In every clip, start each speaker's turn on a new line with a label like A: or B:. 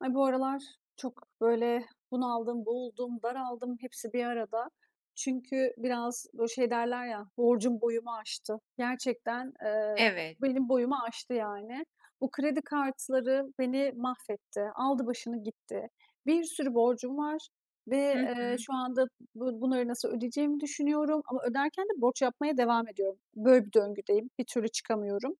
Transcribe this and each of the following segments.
A: Ay, bu aralar çok, böyle, bunaldım, boğuldum, daraldım hepsi bir arada. Çünkü biraz, böyle, şey derler ya, borcum boyumu aştı. Gerçekten,
B: Evet.
A: benim boyumu aştı yani. Bu kredi kartları beni mahvetti, aldı başını gitti. Bir sürü borcum var ve,
B: Hı hı.
A: şu anda bunları nasıl ödeyeceğimi düşünüyorum ama öderken de borç yapmaya devam ediyorum. Böyle bir döngüdeyim, bir türlü çıkamıyorum.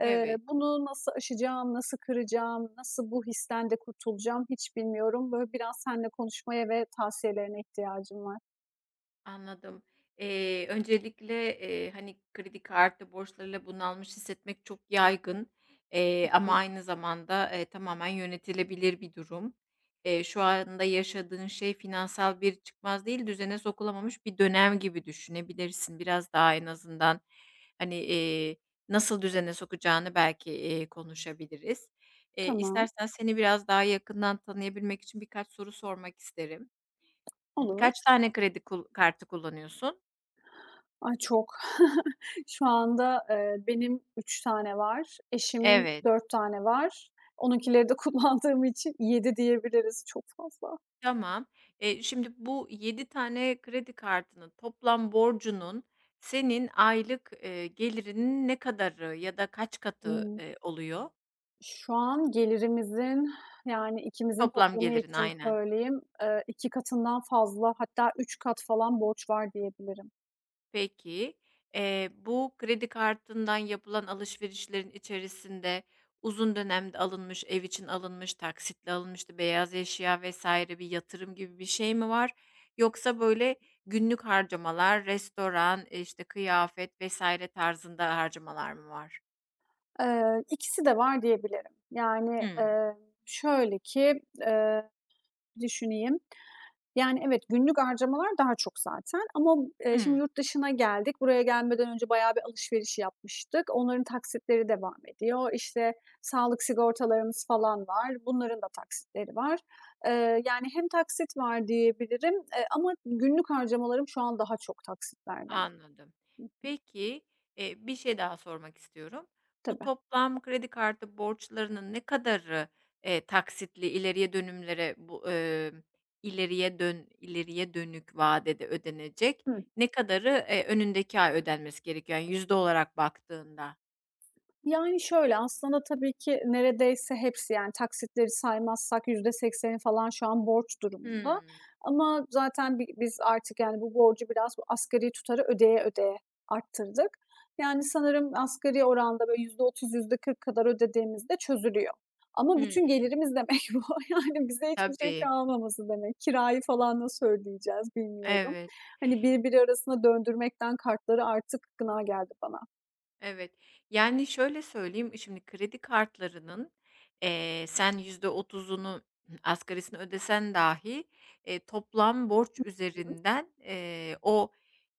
A: Eee,
B: Evet,
A: bunu nasıl aşacağım, nasıl kıracağım, nasıl bu histen de kurtulacağım hiç bilmiyorum. Böyle biraz seninle konuşmaya ve tavsiyelerine ihtiyacım var.
B: anladım. Öncelikle, hani, kredi kartı borçlarıyla bunalmış hissetmek çok yaygın, ama
A: Hımm,
B: aynı zamanda, tamamen yönetilebilir bir durum. Şu anda yaşadığın şey finansal bir çıkmaz değil, düzene sokulamamış bir dönem gibi düşünebilirsin. Biraz daha en azından, hani, nasıl düzene sokacağını belki, konuşabiliriz.
A: tamam,
B: İstersen seni biraz daha yakından tanıyabilmek için birkaç soru sormak isterim. Hani,
A: olur.
B: kaç tane kredi kartı kullanıyorsun?
A: Ay, çok. Şu anda, benim 3 tane var, eşimin
B: Evet.
A: 4 tane var. Onunkileri de kullandığım için 7 diyebiliriz. Çok fazla.
B: Tamam. Şimdi bu 7 tane kredi kartının toplam borcunun senin aylık, gelirinin ne kadarı ya da kaç katı,
A: Imm,
B: oluyor?
A: şu an gelirimizin, yani, ikimizin
B: Toplam
A: toplamı
B: gelirin,
A: için
B: aynen.
A: söyleyeyim, 2 katından fazla hatta 3 kat falan borç var diyebilirim.
B: Peki, bu kredi kartından yapılan alışverişlerin içerisinde uzun dönemde alınmış, ev için alınmış, taksitle alınmıştı beyaz eşya vs. bir yatırım gibi bir şey mi var? Yoksa, böyle, günlük harcamalar, restoran, işte, kıyafet vs. tarzında harcamalar mı var?
A: İkisi de var diyebilirim. Yani,
B: Hımm.
A: şöyle ki, düşüneyim. Yani, evet, günlük harcamalar daha çok zaten ama, şimdi
B: Hımm.
A: yurt dışına geldik. Buraya gelmeden önce bayağı bir alışveriş yapmıştık. Onların taksitleri devam ediyor. İşte, sağlık sigortalarımız falan var. Bunların da taksitleri var. Yani hem taksit var diyebilirim, ama günlük harcamalarım şu an daha çok taksitlerden.
B: Anladım. Peki, bir şey daha sormak istiyorum. Bu
A: Tabii.
B: toplam kredi kartı borçlarının ne kadarı, taksitli ileriye dönümlere bu, ileriye dönük vadede ödenecek?
A: Hı.
B: Ne kadarı, önündeki ay ödenmesi gerekiyor? Yani yüzde olarak baktığında.
A: Yani, şöyle, aslında tabii ki neredeyse hepsi, yani, taksitleri saymazsak %80'i falan şu an borç durumunda
B: Hımm.
A: ama zaten biz artık, yani, bu borcu biraz bu asgari tutarı ödeye ödeye arttırdık. Yani, sanırım asgari oranda böyle %30 %40 kadar ödediğimizde çözülüyor ama
B: Hımm.
A: bütün gelirimiz demek bu. Yani, bize hiçbir şey
B: Tabii,
A: kalmaması demek. Kirayı falan nasıl ödeyeceğiz bilmiyorum.
B: evet.
A: Hani, birbiri arasına döndürmekten kartları artık gına geldi bana.
B: Evet. Yani, şöyle söyleyeyim, şimdi kredi kartlarının, sen %30'unu asgarisini ödesen dahi, toplam borç üzerinden, o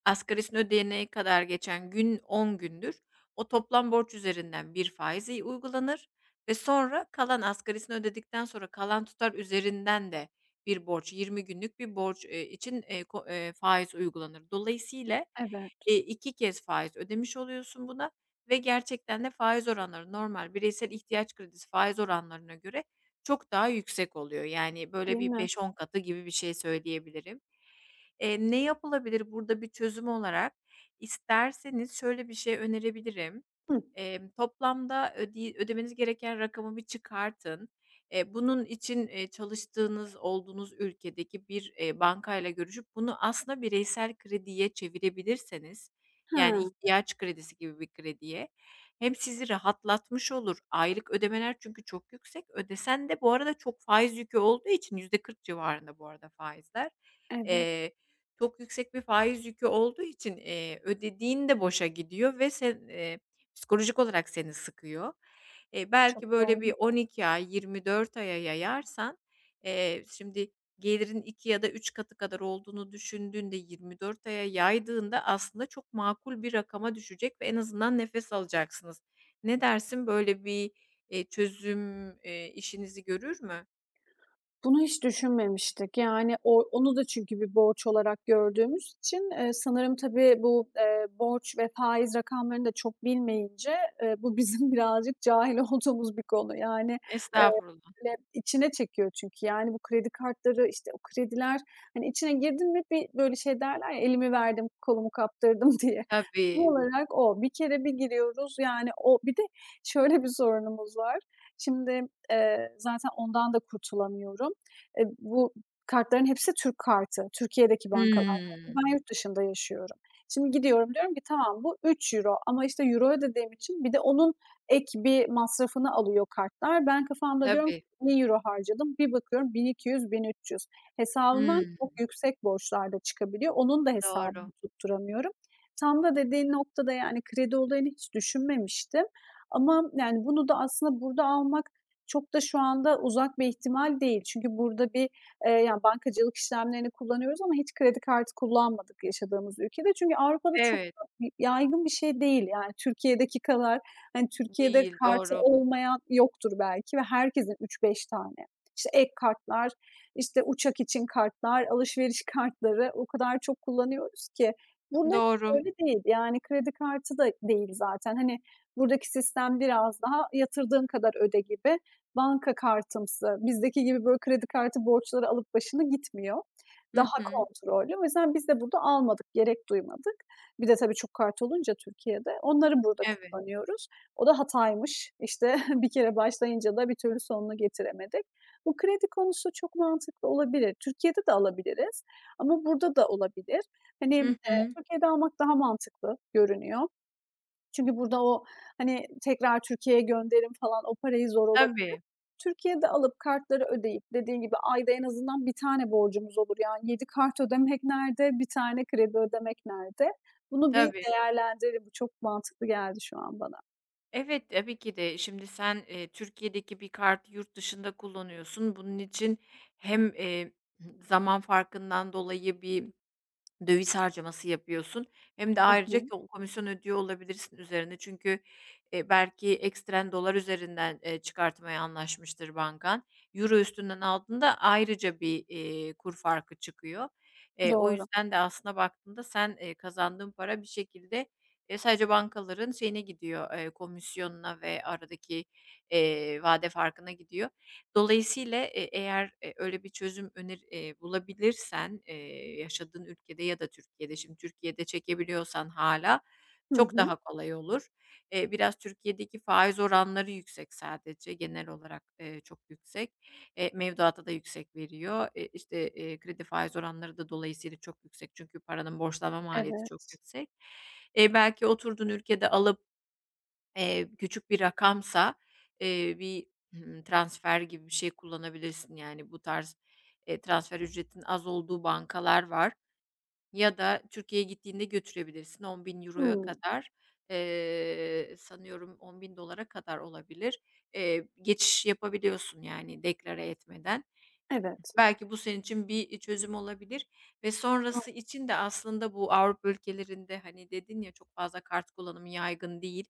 B: asgarisini ödeyene kadar geçen gün 10 gündür. O toplam borç üzerinden bir faizi uygulanır ve sonra kalan asgarisini ödedikten sonra kalan tutar üzerinden de bir borç, 20 günlük bir borç, için, ko faiz uygulanır. Dolayısıyla,
A: Evet,
B: 2 kez faiz ödemiş oluyorsun buna ve gerçekten de faiz oranları normal bireysel ihtiyaç kredisi faiz oranlarına göre çok daha yüksek oluyor. Yani, böyle,
A: değil
B: bir
A: mi?
B: beş on katı gibi bir şey söyleyebilirim. Ne yapılabilir burada bir çözüm olarak? İsterseniz şöyle bir şey önerebilirim.
A: Hı.
B: Toplamda ödemeniz gereken rakamı bir çıkartın. Bunun için, çalıştığınız, olduğunuz ülkedeki bir, bankayla görüşüp bunu aslında bireysel krediye çevirebilirseniz,
A: Ha,
B: yani ihtiyaç kredisi gibi bir krediye, hem sizi rahatlatmış olur. Aylık ödemeler çünkü çok yüksek. Ödesen de bu arada çok faiz yükü olduğu için %40 civarında bu arada faizler.
A: evet,
B: Eee, çok yüksek bir faiz yükü olduğu için, ödediğin de boşa gidiyor ve sen, psikolojik olarak seni sıkıyor. Belki
A: çok
B: böyle bir
A: doğru.
B: 12 ay, 24 aya yayarsan, şimdi gelirin 2 ya da 3 katı kadar olduğunu düşündüğünde 24 aya yaydığında aslında çok makul bir rakama düşecek ve en azından nefes alacaksınız. Ne dersin, böyle bir, çözüm, işinizi görür mü?
A: Bunu hiç düşünmemiştik. Yani onu da çünkü bir borç olarak gördüğümüz için, sanırım tabii bu, borç ve faiz rakamlarını da çok bilmeyince, bu bizim birazcık cahil olduğumuz bir konu. Yani,
B: Estağfurullah.
A: böyle içine çekiyor çünkü. Yani bu kredi kartları, işte, o krediler, hani, içine girdin mi bir böyle şey derler ya, elimi verdim, kolumu kaptırdım diye. Tam
B: Tabii.
A: olarak o. Bir kere bir giriyoruz, yani, o. Bir de şöyle bir sorunumuz var. Şimdi, zaten ondan da kurtulamıyorum. E, bu kartların hepsi Türk kartı. Türkiye'deki bankalardan.
B: Hımm.
A: Ben yurt dışında yaşıyorum. Şimdi gidiyorum, diyorum ki tamam bu 3 euro ama, işte, euro ödediğim için bir de onun ek bir masrafını alıyor kartlar. Ben kafamda diyorum
B: Tabii.
A: 1.000 euro harcadım. Bir bakıyorum bin, 1.200, 1.300. Hesabımdan
B: Hımm.
A: çok yüksek borçlar da çıkabiliyor. Onun da
B: Doğru.
A: hesabını tutturamıyorum. Tam da dediğin noktada, yani, kredi olayını hiç düşünmemiştim ama, yani, bunu da aslında burada almak çok da şu anda uzak bir ihtimal değil. Çünkü burada bir, yani, bankacılık işlemlerini kullanıyoruz ama hiç kredi kartı kullanmadık yaşadığımız ülkede. Çünkü Avrupa'da çok
B: Evet.
A: da yaygın bir şey değil. Yani, Türkiye'deki kadar. Hani, Türkiye'de
B: Değil,
A: kartı
B: doğru.
A: olmayan yoktur belki ve herkesin üç beş tane. İşte, ek kartlar, işte, uçak için kartlar, alışveriş kartları o kadar çok kullanıyoruz ki. Burada
B: Doğru.
A: öyle değil. Yani kredi kartı da değil zaten. Hani, buradaki sistem biraz daha yatırdığın kadar öde gibi. Banka kartımsı, bizdeki gibi, böyle, kredi kartı borçları alıp başını gitmiyor.
B: Hı
A: Daha
B: hı.
A: kontrollü. O yüzden biz de burada almadık, gerek duymadık. Bir de tabii çok kart olunca Türkiye'de onları burada
B: Evet.
A: kullanıyoruz. O da hataymış. İşte, bir kere başlayınca da bir türlü sonunu getiremedik. Bu kredi konusu çok mantıklı olabilir. Türkiye'de de alabiliriz ama burada da olabilir. Hani,
B: Hı hı.
A: Türkiye'de almak daha mantıklı görünüyor. Çünkü burada o, hani, tekrar Türkiye'ye gönderim falan o parayı zor olabilir.
B: Tabii,
A: Türkiye'de alıp kartları ödeyip dediğin gibi ayda en azından bir tane borcumuz olur. Yani 7 kart ödemek nerede, bir tane kredi ödemek nerede? Bunu bir
B: tabii.
A: değerlendirelim. Bu çok mantıklı geldi şu an bana.
B: Evet, tabii ki de. Şimdi sen, Türkiye'deki bir kartı yurt dışında kullanıyorsun. Bunun için hem, zaman farkından dolayı bir döviz harcaması yapıyorsun. Hem de ayrıca
A: Aha.
B: komisyon ödüyor olabilirsin üzerine. Çünkü, belki ekstren dolar üzerinden, çıkartmaya anlaşmıştır bankan. Euro üstünden aldığında ayrıca bir, kur farkı çıkıyor. O
A: Doğru.
B: yüzden de aslına baktığında sen, kazandığın para bir şekilde, sadece bankaların şeyine gidiyor, komisyonuna ve aradaki, vade farkına gidiyor. Dolayısıyla, eğer, öyle bir çözüm öner bulabilirsen, yaşadığın ülkede ya da Türkiye'de, şimdi Türkiye'de çekebiliyorsan hala
A: Hı
B: çok
A: hı.
B: daha kolay olur. Biraz Türkiye'deki faiz oranları yüksek sadece, genel olarak, çok yüksek. Mevduata da yüksek veriyor. E, işte, kredi faiz oranları da dolayısıyla çok yüksek çünkü paranın borçlanma maliyeti çok
A: Evet.
B: yüksek. Belki oturduğun ülkede alıp küçük bir rakamsa, bir, transfer gibi bir şey kullanabilirsin. Yani bu tarz, transfer ücretinin az olduğu bankalar var ya da Türkiye'ye gittiğinde götürebilirsin, 10.000 euroya
A: Hımm.
B: kadar, sanıyorum 10.000 dolara kadar olabilir. Geçiş yapabiliyorsun yani deklare etmeden.
A: Evet.
B: Belki bu senin için bir, çözüm olabilir ve
A: A.
B: sonrası için de aslında bu Avrupa ülkelerinde, hani, dedin ya çok fazla kart kullanımı yaygın değil.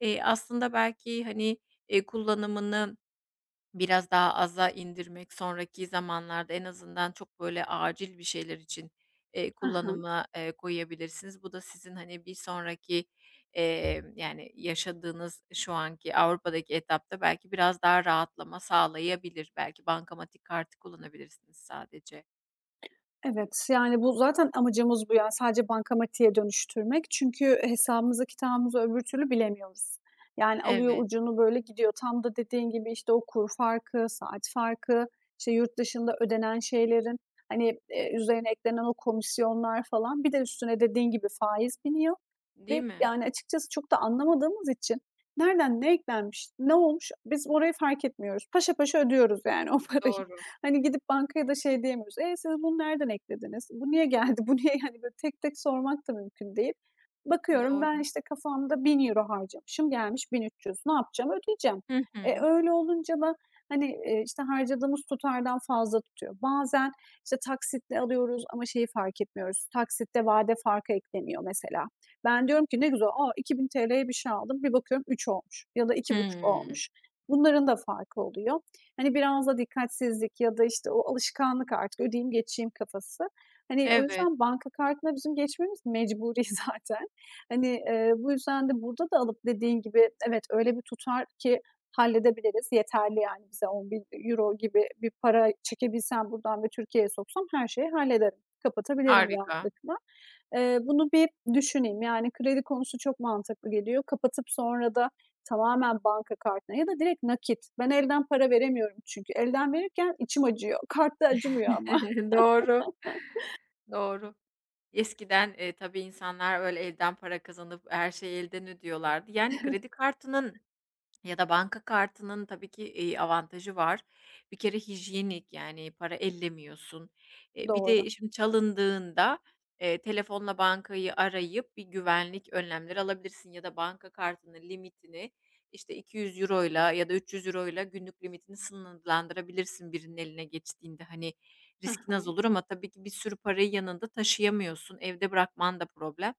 B: Aslında belki, hani, kullanımını biraz daha aza indirmek sonraki zamanlarda en azından çok böyle acil bir şeyler için,
A: Hı hı.
B: kullanıma, koyabilirsiniz. Bu da sizin, hani, bir sonraki, yani, yaşadığınız şu anki Avrupa'daki etapta belki biraz daha rahatlama sağlayabilir. Belki bankamatik kartı kullanabilirsiniz sadece.
A: Evet, yani, bu zaten amacımız bu, yani, sadece bankamatiğe dönüştürmek. Çünkü hesabımızı, kitabımızı öbür türlü bilemiyoruz. Yani, alıyor
B: Evet,
A: ucunu böyle gidiyor. Tam da dediğin gibi, işte, o kur farkı, saat farkı, işte, yurt dışında ödenen şeylerin, hani, üzerine eklenen o komisyonlar falan, bir de üstüne dediğin gibi faiz biniyor
B: değil
A: ve,
B: mi?
A: yani, açıkçası çok da anlamadığımız için nereden ne eklenmiş, ne olmuş biz orayı fark etmiyoruz. Paşa paşa ödüyoruz, yani, o parayı.
B: Doğru,
A: Hani, gidip bankaya da şey diyemiyoruz, "E, siz bunu nereden eklediniz? Bu niye geldi? Bu niye?" Hani, böyle tek tek sormak da mümkün değil. Bakıyorum ben,
B: doğru.
A: işte, kafamda 1.000 euro harcamışım, gelmiş 1.300. Ne yapacağım? Ödeyeceğim.
B: Hı
A: E,
B: hı.
A: öyle olunca da, hani, işte, harcadığımız tutardan fazla tutuyor. Bazen, işte, taksitle alıyoruz ama şeyi fark etmiyoruz, taksitte vade farkı ekleniyor mesela. Ben diyorum ki, "Ne güzel, aa ₺2.000'ye bir şey aldım." Bir bakıyorum 3 olmuş ya da iki buçuk
B: Hımm.
A: olmuş. Bunların da farkı oluyor. Hani, biraz da dikkatsizlik ya da, işte, o alışkanlık artık ödeyeyim geçeyim kafası. Hani, o
B: Evet,
A: yüzden banka kartına bizim geçmemiz mecburi zaten. Hani, bu yüzden de burada da alıp dediğin gibi evet, öyle bir tutar ki halledebiliriz. Yeterli yani bize 10.000 euro gibi bir para çekebilsem buradan ve Türkiye'ye soksam her şeyi hallederim. Kapatabilirim
B: harika.
A: rahatlıkla. Bunu bir düşüneyim. Yani kredi konusu çok mantıklı geliyor. Kapatıp sonra da tamamen banka kartına ya da direkt nakit. Ben elden para veremiyorum çünkü. Elden verirken içim acıyor. Kartta acımıyor ama.
B: Doğru. Doğru. Eskiden, tabii insanlar öyle elden para kazanıp her şeyi elden ödüyorlardı. Yani kredi kartının ya da banka kartının tabii ki, avantajı var. Bir kere hijyenik, yani, para ellemiyorsun. Bir
A: Doğru.
B: de şimdi çalındığında, telefonla bankayı arayıp bir güvenlik önlemleri alabilirsin ya da banka kartının limitini, işte, €200'yla ya da €300'yla günlük limitini sınırlandırabilirsin birinin eline geçtiğinde. Hani,
A: Hı
B: riskin az
A: hı.
B: olur ama tabii ki bir sürü parayı yanında taşıyamıyorsun. Evde bırakman da problem.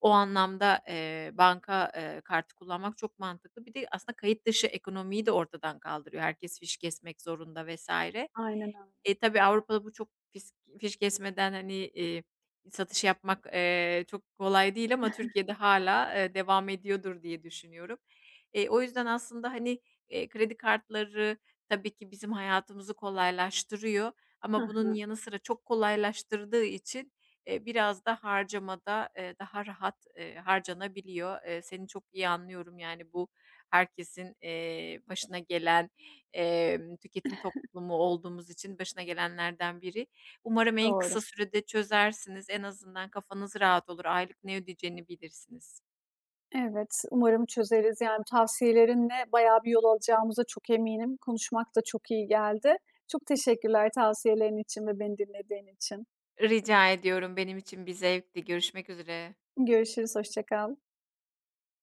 B: O anlamda, banka, kartı kullanmak çok mantıklı. Bir de aslında kayıt dışı ekonomiyi de ortadan kaldırıyor. Herkes fiş kesmek zorunda vesaire.
A: Aynen öyle.
B: Tabii Avrupa'da bu çok fiş kesmeden, hani, satış yapmak, çok kolay değil ama Türkiye'de hala devam ediyordur diye düşünüyorum. O yüzden aslında, hani, kredi kartları tabii ki bizim hayatımızı kolaylaştırıyor
A: Hı
B: ama bunun
A: hı.
B: yanı sıra çok kolaylaştırdığı için, biraz da harcamada, daha rahat, harcanabiliyor. Seni çok iyi anlıyorum, yani, bu herkesin, başına gelen tüketim toplumu olduğumuz için başına gelenlerden biri. Umarım en
A: Doğru.
B: kısa sürede çözersiniz. En azından kafanız rahat olur. Aylık ne ödeyeceğini bilirsiniz.
A: Evet, umarım çözeriz. Yani tavsiyelerinle bayağı bir yol alacağımıza çok eminim. Konuşmak da çok iyi geldi. Çok teşekkürler tavsiyelerin için ve beni dinlediğin için.
B: Rica ediyorum. Benim için bir zevkti. Görüşmek üzere.
A: Görüşürüz, hoşça kal.